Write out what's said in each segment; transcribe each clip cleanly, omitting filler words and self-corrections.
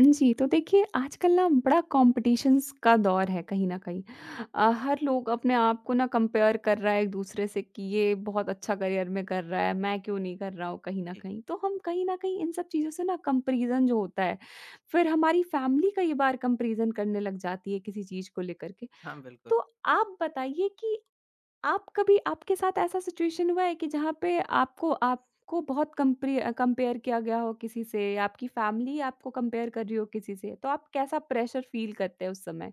जी, तो देखिए आजकल ना बड़ा कॉम्पिटिशन्स का दौर है कहीं न कहीं। हर लोग अपने आप को ना कंपेयर कर रहा है एक-दूसरे से कि ये बहुत अच्छा करियर में कर रहा है, मैं क्यों नहीं कर रहा हूँ कहीं न जी। कहीं। तो हम कहीं न कहीं इन सब चीज़ों से ना कंपैरिज़न जो होता है, फिर हमारी फैमिली कई बार कंपैरिज़न करने लग जाती है किसी चीज़ को लेकर के। हाँ, बिल्कुल। तो आप बताइए कि आप कभी आपके साथ ऐसा सिचुएशन हुआ है कि जहाँ पे आपको आपको बहुत कंपेयर कंपेयर किया गया हो किसी से, आपकी फैमिली आपको कंपेयर कर रही हो किसी से, तो आप कैसा प्रेशर फील करते हैं उस समय?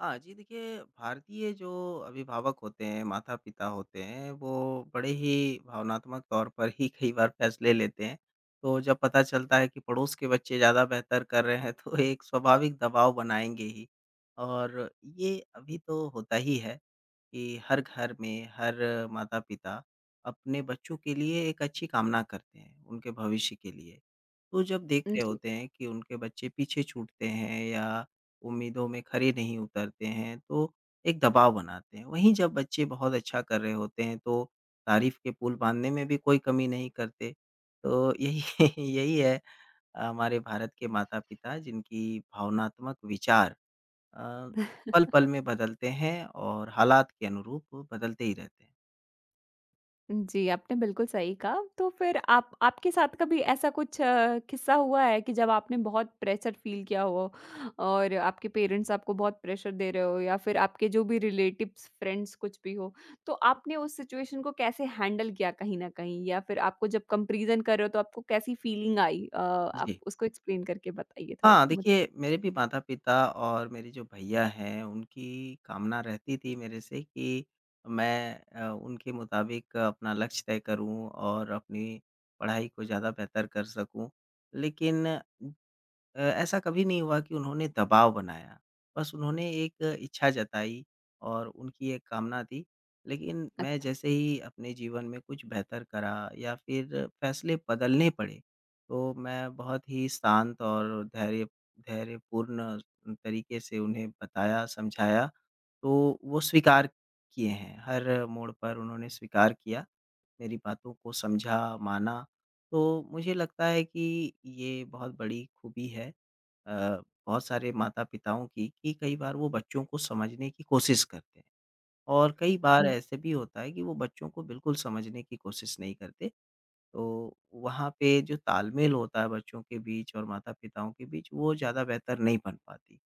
हाँ जी, देखिए भारतीय जो अभिभावक होते हैं, माता-पिता होते हैं, वो बड़े ही भावनात्मक तौर पर ही कई बार फैसले लेते हैं। तो जब पता चलता है कि पड़ोस के बच्चे ज़्यादा बेहतर कर रहे हैं, तो एक स्वाभाविक दबाव बनाएँगे ही और ये अभी तो होता ही है। कि हर घर में, हर माता-पिता अपने बच्चों के लिए एक अच्छी कामना करते हैं, उनके भविष्य के लिए। तो जब देख रहे होते हैं कि उनके बच्चे पीछे छूटते हैं या उम्मीदों में खरे नहीं उतरते हैं, तो एक दबाव बनाते हैं। वहीं जब बच्चे बहुत अच्छा कर रहे होते हैं, तो तारीफ़ के पुल बाँधने में भी कोई कमी नहीं करते। तो यही यही है हमारे भारत के माता-पिता जिनकी भावनात्मक विचार अ, पल-पल में बदलते हैं और हालात के अनुरूप वो बदलते ही रहते हैं। जी, आपने बिल्कुल सही कहा। तो फिर आप आपके साथ कभी ऐसा कुछ किस्सा हुआ है कि जब आपने बहुत प्रेशर फ़ील किया हो और आपके पेरेंट्स आपको बहुत प्रेशर दे रहे हो या फिर आपके जो भी रिलेटिव्स, फ्रेंड्स कुछ भी हो, तो आपने उस सिचुएशन को कैसे हैंडल किया कहीं न कहीं? या फिर आपको जब कंपैरिज़न कर रहे हो तो आपको कैसी फ़ीलिंग आई? आप जी। उसको एक्सप्लेन करके बताइए हाँ, थोड़ा मुझे। देखिए मेरे भी माता-पिता और मेरे जो भैया हैं उनकी कामना रहती थी मेरे से कि मैं उनके मुताबिक अपना लक्ष्य तय करूँ और अपनी पढ़ाई को ज़्यादा बेहतर कर सकूँ। लेकिन ऐसा कभी नहीं हुआ कि उन्होंने दबाव बनाया। बस उन्होंने एक इच्छा जताई और उनकी एक कामना थी। लेकिन मैं अच्छा। जैसे ही अपने जीवन में कुछ बेहतर करा या फिर फैसले बदलने पड़े, तो मैं बहुत ही शांत और धैर्यपूर्ण तरीके से उन्हें बताया, समझाया, तो वो स्वीकार किए हैं। हर मोड़ पर उन्होंने स्वीकार किया, मेरी बातों को समझा, माना। तो मुझे लगता है कि ये बहुत बड़ी खूबी है अ, बहुत सारे माता-पिताओं की कि कई बार वो बच्चों को समझने की कोशिश करते हैं और कई बार ऐसे भी होता है कि वो बच्चों को बिल्कुल समझने की कोशिश नहीं करते तो वहाँ पे जो तालमेल होता है बच्चों के बीच और माता-पिताओं के बीच, वो ज़्यादा बेहतर नहीं बन पाती।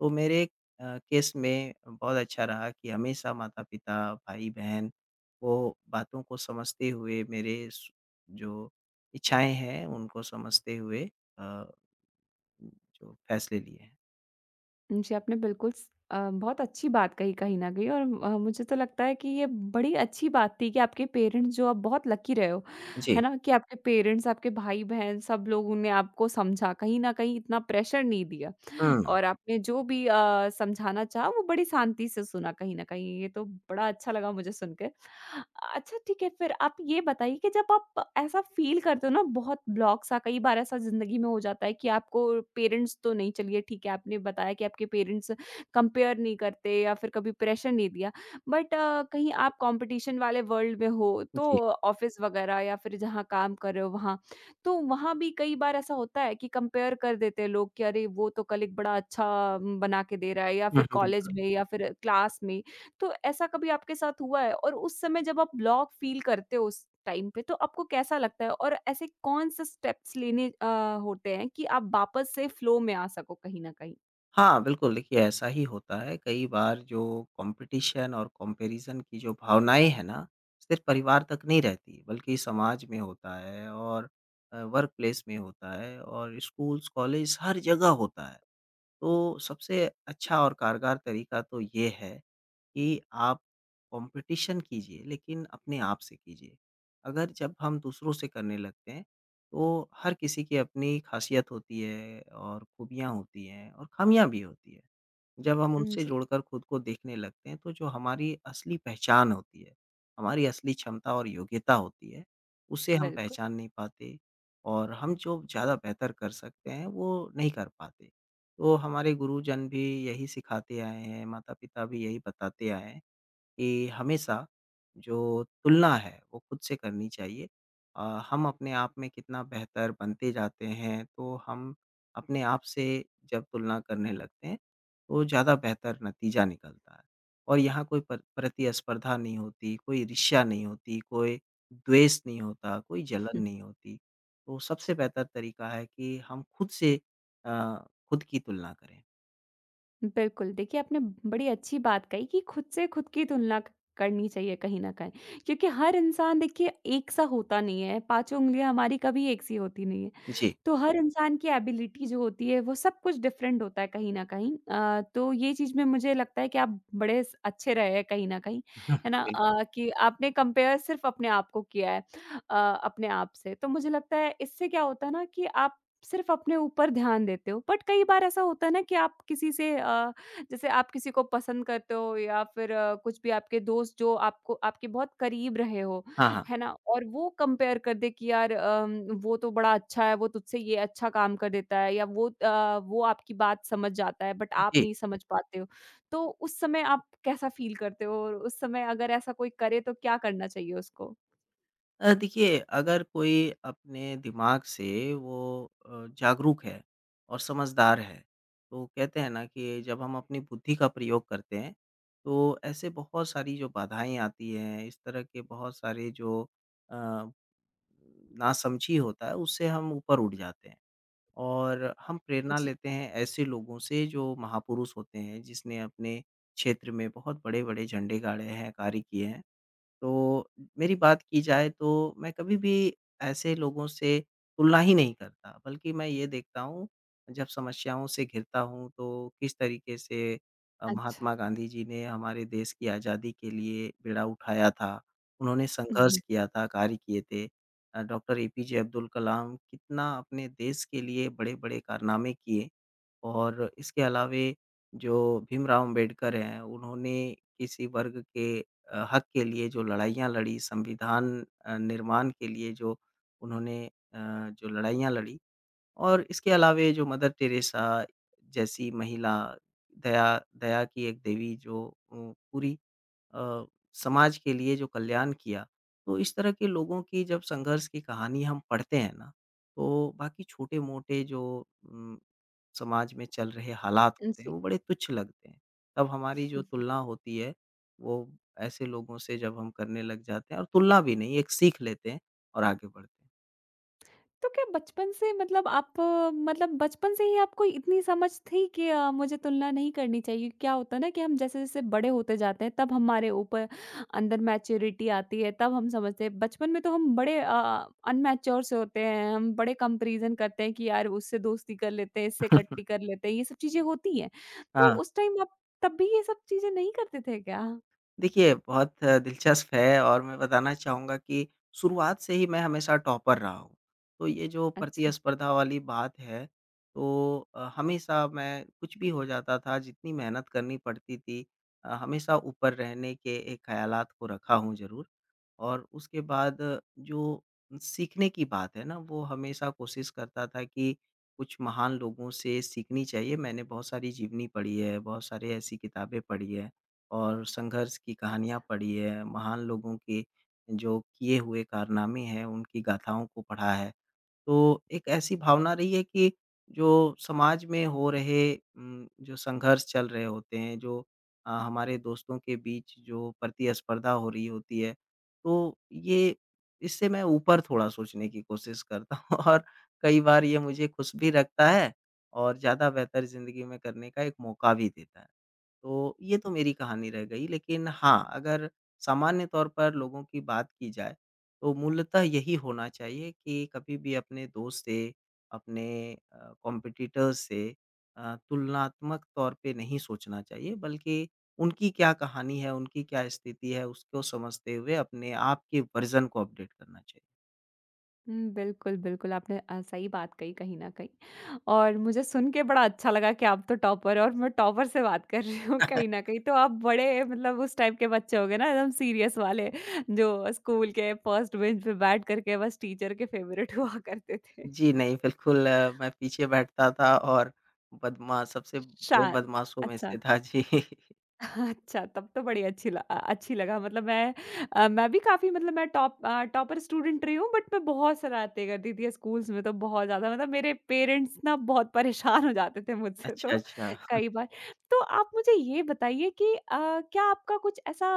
तो मेरे केस में बहुत अच्छा रहा कि हमेशा माता-पिता, भाई-बहन वो बातों को समझते हुए मेरे स जो इच्छाएँ हैं, उनको समझते हुए अ, जो फैसले लिए हैं। जी, आपने बिल्कुल बहुत अच्छी बात कही कहीं न कहीं और मुझे तो लगता है कि ये बड़ी अच्छी बात थी कि आपके पेरेंट्स जो आप बहुत लकी रहे हो, है जी। ना? कि आपके पेरेंट्स, आपके भाई-बहन सब लोगों ने आपको समझा, कहीं न कहीं इतना प्रेशर नहीं दिया। हुँ, और आपने जो भी समझाना चाहा वो बड़ी शांति से सुना कहीं न कहीं, ये तो बड़ा अच्छा लगा मुझे सुनकर। अच्छा ठीक है फिर आप ये बताइए कि जब आप ऐसा फ़ील करते हो ना बहुत ब्लॉक सा कई बार ऐसा ज़िंदगी में हो जाता है कि आपको पेरेंट्स तो नहीं चलिए ठीक है आपने बताया कि आपके पेरेंट्स कंपेयर नहीं करते या फिर कभी प्रेशर नहीं दिया। बट कहीं आप कॉम्पिटिशन वाले वर्ल्ड में हो, तो जी। ऑफ़िस वगैरह या फिर जहाँ काम कर रहे हो वहाँ तो वहाँ भी कई बार ऐसा होता है कि कंपेयर कर देते हैं लोग कि अरे वो तो कलीग बड़ा अच्छा बना के दे रहा है या हुँ, फिर हुँ, कॉलेज बिल्कुल। में या फिर क्लास में। तो ऐसा कभी आपके साथ हुआ है? और उस समय जब आप ब्लॉक फील करते हो उस टाइम पे तो आपको कैसा लगता है? और ऐसे कौन से स्टेप्स लेने होते हैं कि आप वापस से फ्लो में आ सको कहीं न कहीं? हाँ, बिल्कुल, देखिए ऐसा ही होता है। कई बार जो कॉम्पिटिशन और कंपैरिज़न की जो भावनाएँ हैं ना, सिर्फ़ परिवार तक नहीं रहती, बल्कि समाज में होता है और वर्क प्लेस में होता है और स्कूल्स, कॉलेज हर जगह होता है। तो सबसे अच्छा और कारगर तरीका तो ये है कि आप कॉम्पिटिशन कीजिए लेकिन अपने आप से कीजिए। अगर जब हम दूसरों से करने लगते हैं तो हर किसी की अपनी ख़ासियत होती है और खूबियाँ होती हैं और ख़ामियाँ भी होती हैं। जब हम उनसे जी, जुड़कर खुद को देखने लगते हैं, तो जो हमारी असली पहचान होती है, हमारी असली क्षमता और योग्यता होती है, उसे हम बिल्कुल। पहचान नहीं पाते और हम जो ज़्यादा बेहतर कर सकते हैं, वो नहीं कर पाते। तो हमारे गुरुजन भी यही सिखाते आए हैं, माता-पिता भी यही बताते आए हैं। कि हमेशा जो तुलना है वो खुद से करनी चाहिए। अ, हम अपने आप में कितना बेहतर बनते जाते हैं तो हम अपने आप से जब तुलना करने लगते हैं तो ज़्यादा बेहतर नतीजा निकलता है। और यहाँ कोई प्रतिस्पर्धा नहीं होती, कोई ईर्ष्या नहीं होती, कोई द्वेष नहीं होता, कोई जलन हुँ, नहीं होती। तो जी। सबसे बेहतर तरीका है कि हम खुद से खुद की तुलना करें। बिल्कुल, देखिए आपने बड़ी अच्छी बात कही कि खुद से खुद की तुलना क करनी चाहिए कहीं न कहीं, क्योंकि हर इंसान देखिए एक सा होता नहीं है, पाँचों उँगलियाँ हमारी कभी एक सी होती नहीं है। जी, तो हर इंसान की एबिलिटी जो होती है वो सब कुछ डिफरेंट होता है कहीं न कहीं। तो ये चीज़ में मुझे लगता है कि आप बड़े स अच्छे रहे हैं कहीं न कहीं, है ना? बिल्कुल। कि आपने कंपेयर सिर्फ़ अपने आप को किया है अ, अपने आप से। तो मुझे लगता है इससे क्या होता है ना कि आप सिर्फ़ अपने ऊपर ध्यान देते हो। बट कई बार ऐसा होता है ना कि आप किसी से जैसे आप किसी को पसंद करते हो या फिर कुछ भी आपके दोस्त जो आपको आपके बहुत करीब रहे हो हाँ, हाँ। है ना? और वो कंपेयर कर दे कि यार वो तो बड़ा अच्छा है, वो तुझसे ये अच्छा काम कर देता है या वो आपकी बात समझ जाता है बट आप जी। नहीं समझ पाते हो। तो उस समय आप कैसा फ़ील करते हो और उस समय अगर ऐसा कोई करे तो क्या करना चाहिए उसको? देखिए अगर कोई अपने दिमाग से वो जागरूक है और समझदार है, तो कहते हैं ना कि जब हम अपनी बुद्धि का प्रयोग करते हैं, तो ऐसे बहुत सारी जो बाधाएँ आती हैं, इस तरह के बहुत सारे जो अ, नासमझी होता है, उससे हम ऊपर उठ जाते हैं। और हम प्रेरणा जी। लेते हैं ऐसे लोगों से जो महापुरुष होते हैं, जिसने अपने क्षेत्र में बहुत बड़े-बड़े झंडे गाड़े हैं, कार्य किए हैं। तो मेरी बात की जाए तो मैं कभी भी ऐसे लोगों से तुलना ही नहीं करता, बल्कि मैं ये देखता हूँ, जब समस्याओं से घिरता हूँ तो किस तरीके से अच्छा। महात्मा गांधी जी ने हमारे देश की आज़ादी के लिए बेड़ा उठाया था, उन्होंने हुँ, संघर्ष हुँ। किया था, कार्य किए थे। डॉक्टर एपीजे अब्दुल कलाम कितना अपने देश के लिए बड़े-बड़े कारनामे किए। और इसके अलावे जो भीमराव अम्बेडकर हैं, उन्होंने किसी वर्ग के हक के लिए जो लड़ाइयाँ लड़ी, संविधान निर्माण के लिए जो उन्होंने जो लड़ाइयाँ लड़ी और इसके अलावे जो मदर टेरेसा जैसी महिला, दया दया की एक देवी जो पूरी अ, समाज के लिए जो कल्याण किया। तो इस तरह के लोगों की जब संघर्ष की कहानी हम पढ़ते हैं ना, तो बाकी छोटे-मोटे जो उम, समाज में चल रहे हालात होते हैं, जी। वो बड़े तुच्छ लगते हैं। तब हमारी जो तुलना होती है, वो ऐसे लोगों से जब हम करने लग जाते हैं और तुलना भी नहीं, एक सीख लेते हैं और आगे बढ़ते हैं। तो क्या बचपन से मतलब मतलब बचपन से ही आपको इतनी समझ थी कि मुझे तुलना नहीं करनी चाहिए? क्या होता है ना कि हम जैसे-जैसे बड़े होते जाते हैं तब हमारे ऊपर अंदर मैच्योरिटी आती है, तब हम समझते हैं। बचपन में तो हम बड़े अनमैच्योर से होते हैं, हम बड़े कंपैरिज़न करते हैं कि यार उससे दोस्ती कर लेते हैं, इससे कट्टी कर लेते हैं, ये सब चीज़ें होती हैं। तो हाँ। उस टाइम आप तब भी ये सब चीज़ें नहीं करते थे क्या? देखिए, बहुत दिलचस्प है और मैं बताना चाहूँगा कि शुरुआत से ही मैं हमेशा टॉपर रहा हूँ। तो ये जो अच्छा, प्रतिस्पर्धा वाली बात है, तो हमेशा मैं कुछ भी हो जाता था, जितनी मेहनत करनी पड़ती थी हमेशा ऊपर रहने के एक ख़्यालात को रखा हूँ ज़रूर। और उसके बाद जो सीखने की बात है ना, वो हमेशा कोशिश करता था कि कुछ महान लोगों से सीखनी चाहिए। मैंने बहुत सारी जीवनी पढ़ी है, बहुत सारी ऐसी किताबें पढ़ी है और संघर्ष की कहानियाँ अच्छा। पढ़ी है, महान लोगों के जो किए हुए कारनामे हैं, उनकी गाथाओं को पढ़ा है। तो एक ऐसी भावना रही है कि जो समाज में हो रहे जो संघर्ष चल रहे होते हैं, जो हमारे दोस्तों के बीच जो प्रतिस्पर्धा हो रही होती है, तो ये इससे मैं ऊपर थोड़ा सोचने की कोशिश करता हूँ और कई बार ये मुझे खुश भी रखता है और ज़्यादा बेहतर ज़िंदगी में करने का एक मौका भी देता है। तो ये तो मेरी कहानी रह गई लेकिन हाँ, अगर सामान्य तौर पर लोगों की बात की जाए, तो मूलतः यही होना चाहिए कि कभी भी अपने दोस्त से, अपने कॉम्पिटिटर्स से तुलनात्मक तौर पे नहीं सोचना चाहिए बल्कि उनकी क्या कहानी है, उनकी क्या स्थिति है, उसको समझते हुए अपने आप के वर्ज़न को अपडेट करना चाहिए। हुँ, बिल्कुल, बिल्कुल, आपने सही बात कही कहीं न कहीं और मुझे सुन के बड़ा अच्छा लगा कि आप तो टॉपर हो और मैं टॉपर से बात कर रही हूँ कहीं न कहीं। तो आप बड़े मतलब उस टाइप के बच्चे हो गए ना एकदम सीरियस वाले, जो स्कूल के फर्स्ट बेंच पे बैठ कर के बस टीचर के फेवरेट हुआ करते थे। जी नहीं, बिल्कुल मैं पीछे बैठता था और बदमाश सबसे बड़े शान बदमाशों में अच्छा। से था। जी। अच्छा, तब तो बड़ी अच्छी अच्छी लगा मतलब मैं भी काफ़ी मतलब मैं टॉपर स्टूडेंट रही हूँ बट मैं बहुत शरारतें करती थी स्कूल्स में तो बहुत ज़्यादा मतलब मेरे पेरेंट्स ना बहुत परेशान हो जाते थे मुझसे तो अच्छा, अच्छा। कई बार। तो आप मुझे ये बताइए कि क्या आपका कुछ ऐसा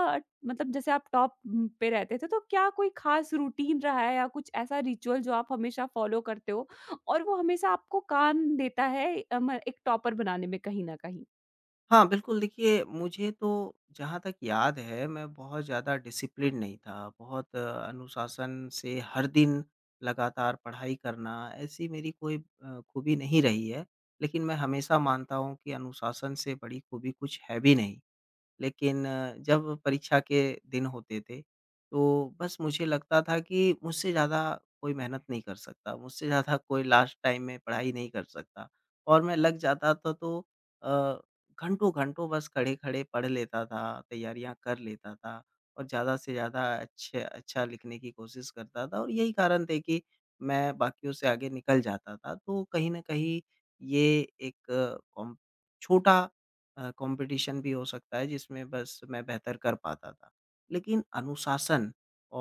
मतलब जैसे आप टॉप पे रहते थे तो क्या कोई ख़ास रूटीन रहा है या कुछ ऐसा रिचुअल जो आप हमेशा फ़ॉलो करते हो और वो हमेशा आपको काम देता है अ, म एक टॉपर बनाने में कहीं न कहीं? हाँ, बिल्कुल देखिए, मुझे तो जहाँ तक याद है मैं बहुत ज़्यादा डिसिप्लिन नहीं था, बहुत अनुशासन से हर दिन लगातार पढ़ाई करना ऐसी मेरी कोई खूबी नहीं रही है। लेकिन मैं हमेशा मानता हूँ कि अनुशासन से बड़ी खूबी कुछ है भी नहीं। लेकिन जब परीक्षा के दिन होते थे, तो बस मुझे लगता था कि मुझसे ज़्यादा कोई मेहनत नहीं कर सकता, मुझसे ज़्यादा कोई लास्ट टाइम में पढ़ाई नहीं कर सकता और मैं लग जाता था तो अ, घंटों-घंटों बस खड़े-खड़े पढ़ लेता था, तैयारियाँ कर लेता था और ज़्यादा से ज़्यादा अच्छे अच्छा लिखने की कोशिश करता था और यही कारण थे कि मैं बाकियों से आगे निकल जाता था। तो कहीं न कहीं ये एक अ, कॉम छोटा कंपटीशन भी हो सकता है जिसमें बस मैं बेहतर कर पाता था। लेकिन अनुशासन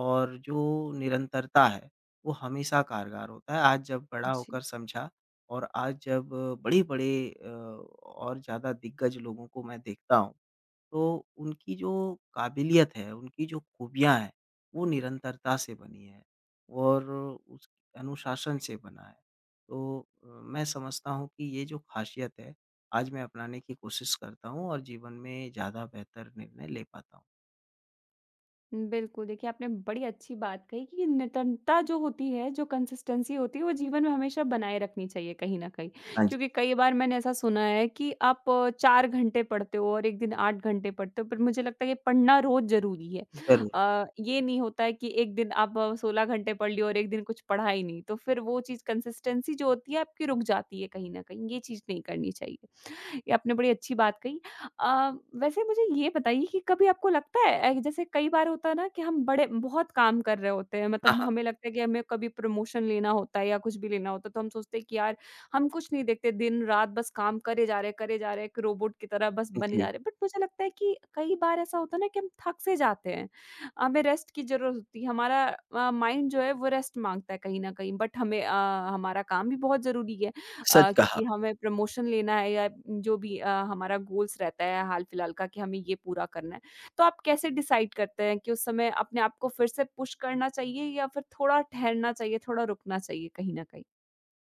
और जो निरंतरता है, वो हमेशा कारगर होता है। आज जब बड़ा जी। होकर समझा और आज जब बड़े-बड़े और ज़्यादा दिग्गज लोगों को मैं देखता हूँ तो उनकी जो काबिलियत है, उनकी जो खूबियाँ हैं, वो निरंतरता से बनी है और उस अनुशासन से बना है। तो मैं समझता हूँ कि ये जो ख़ासियत है, आज मैं अपनाने की कोशिश करता हूँ और जीवन में ज़्यादा बेहतर निर्णय ले पाता हूँ। बिल्कुल, देखिए आपने बड़ी अच्छी बात कही कि निरंतरता जो होती है, जो कंसिस्टेंसी होती है, वो जीवन में हमेशा बनाए रखनी चाहिए कहीं न कहीं। हाँ जी। क्योंकि कई बार मैंने ऐसा सुना है कि आप 4 घंटे पढ़ते हो और 1 दिन 8 घंटे पढ़ते हो, पर मुझे लगता है कि पढ़ना रोज़ ज़रूरी है। ज़रूर। ये नहीं होता है कि 1 दिन आप 16 घंटे पढ़ लिए और 1 दिन कुछ पढ़ा ही नहीं, तो फिर वो चीज़ कंसिस्टेंसी जो होती है आपकी रुक जाती है कहीं न कहीं, ये चीज़ नहीं करनी चाहिए। ये आपने बड़ी अच्छी बात कही। अ, वैसे मुझे ये बताइए कि कभी आपको लगता है जैसे कई बार होता है ना कि हम बड़े बहुत काम कर रहे होते हैं, हाँ, मतलब हाँ। हमें लगता है कि हमें कभी प्रमोशन लेना होता है या कुछ भी लेना होता है, तो हम सोचते हैं कि यार हम कुछ नहीं देखते, दिन-रात बस काम करे जा रहे, एक रोबोट की तरह बस बने जी। जा रहे। बट मुझे लगता है कि कई बार ऐसा होता है ना कि हम थक से जाते हैं, हमें रेस्ट की ज़रूरत होती है, हमारा माइंड जो है वो रेस्ट माँगता है कहीं न कहीं, बट हमें हमारा काम भी बहुत ज़रूरी है। सच कहा। क्योंकि हमें प्रमोशन लेना है या जो भी हमारा गोल्स रहता है हाल-फिलहाल का कि हमें ये पूरा करना है। तो आप कैसे डिसाइड करते हैं कि उस समय अपने आप को फिर से पुश करना चाहिए या फिर थोड़ा ठहरना चाहिए, थोड़ा रुकना चाहिए कहीं न कहीं?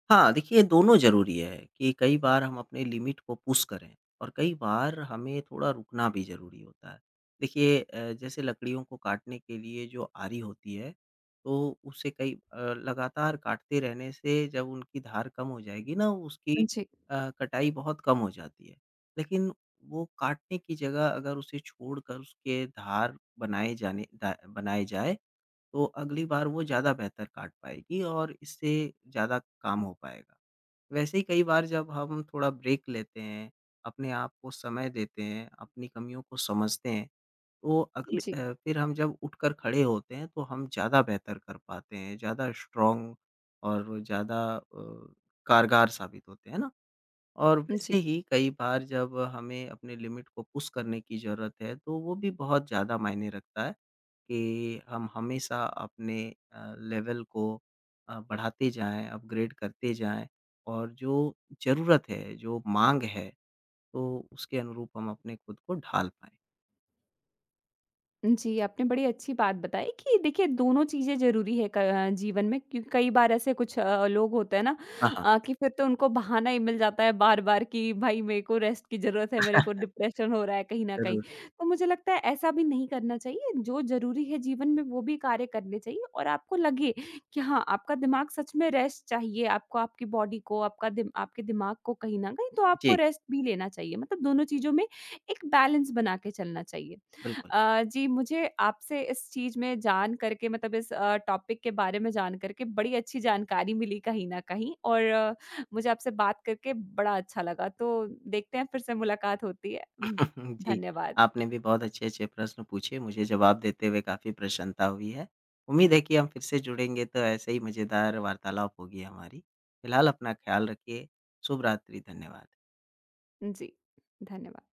हाँ, देखिए दोनों ज़रूरी है कि कई बार हम अपने लिमिट को पुश करें और कई बार हमें थोड़ा रुकना भी ज़रूरी होता है। देखिए जैसे लकड़ियों को काटने के लिए जो आरी होती है, तो उसे लगातार काटते रहने से जब उनकी धार कम हो जाएगी ना उसकी जी, कटाई बहुत कम हो जाती है। लेकिन वो काटने की जगह अगर उसे छोड़कर उसके धार बनाए जाने दा बनाए जाए तो अगली बार वो ज़्यादा बेहतर काट पाएगी और इससे ज़्यादा काम हो पाएगा। वैसे ही कई बार जब हम थोड़ा ब्रेक लेते हैं, अपने आप को समय देते हैं, अपनी कमियों को समझते हैं, तो जी, फिर हम जब उठकर खड़े होते हैं तो हम ज़्यादा बेहतर कर पाते हैं, ज़्यादा स्ट्रॉन्ग और ज़्यादा कारगर साबित होते हैं, है ना? और वैसे जी। ही कई बार जब हमें अपने लिमिट को पुश करने की ज़रूरत है, तो वो भी बहुत ज़्यादा मायने रखता है। कि हम हमेशा अपने लेवल को बढ़ाते जाएँ, अपग्रेड करते जाएँ और जो ज़रूरत है, जो माँग है, तो उसके अनुरूप हम अपने खुद को ढाल पाएँ। जी, आपने बड़ी अच्छी बात बताई कि देखिए दोनों चीज़ें ज़रूरी है जीवन में क्योंकि कई बार ऐसे कुछ लोग होते हैं ना हाँ, हाँ। कि फिर तो उनको बहाना ही मिल जाता है बार-बार कि भाई मेरे को रेस्ट की ज़रूरत है, मेरे को डिप्रेशन हो रहा है कहीं न कहीं। ज़रूर। तो मुझे लगता है ऐसा भी नहीं करना चाहिए, जो ज़रूरी है जीवन में वो भी कार्य करने चाहिए और आपको लगे कि हाँ, आपका दिमाग सच में रेस्ट चाहिए, आपको आपकी बॉडी को, आपका दिम आपके दिमाग को कहीं न कहीं तो आपको जी, रेस्ट भी लेना चाहिए। मतलब दोनों चीज़ों में एक बैलेंस बना के चलना चाहिए। बिल्कुल। जी, मुझे आपसे इस चीज़ में जान करके मतलब इस टॉपिक के बारे में जान करके बड़ी अच्छी जानकारी मिली कहीं न कहीं और मुझे आपसे बात करके बड़ा अच्छा लगा। तो देखते हैं फिर से मुलाकात होती है। जी, धन्यवाद। आपने भी बहुत अच्छे-अच्छे प्रश्न पूछे, मुझे जवाब देते हुए काफ़ी प्रसन्नता हुई है। उम्मीद है कि हम फिर से जुड़ेंगे तो ऐसे ही मज़ेदार वार्तालाप होगी हमारी। फिलहाल अपना ख़्याल रखिए। शुभ रात्रि, धन्यवाद। जी, धन्यवाद।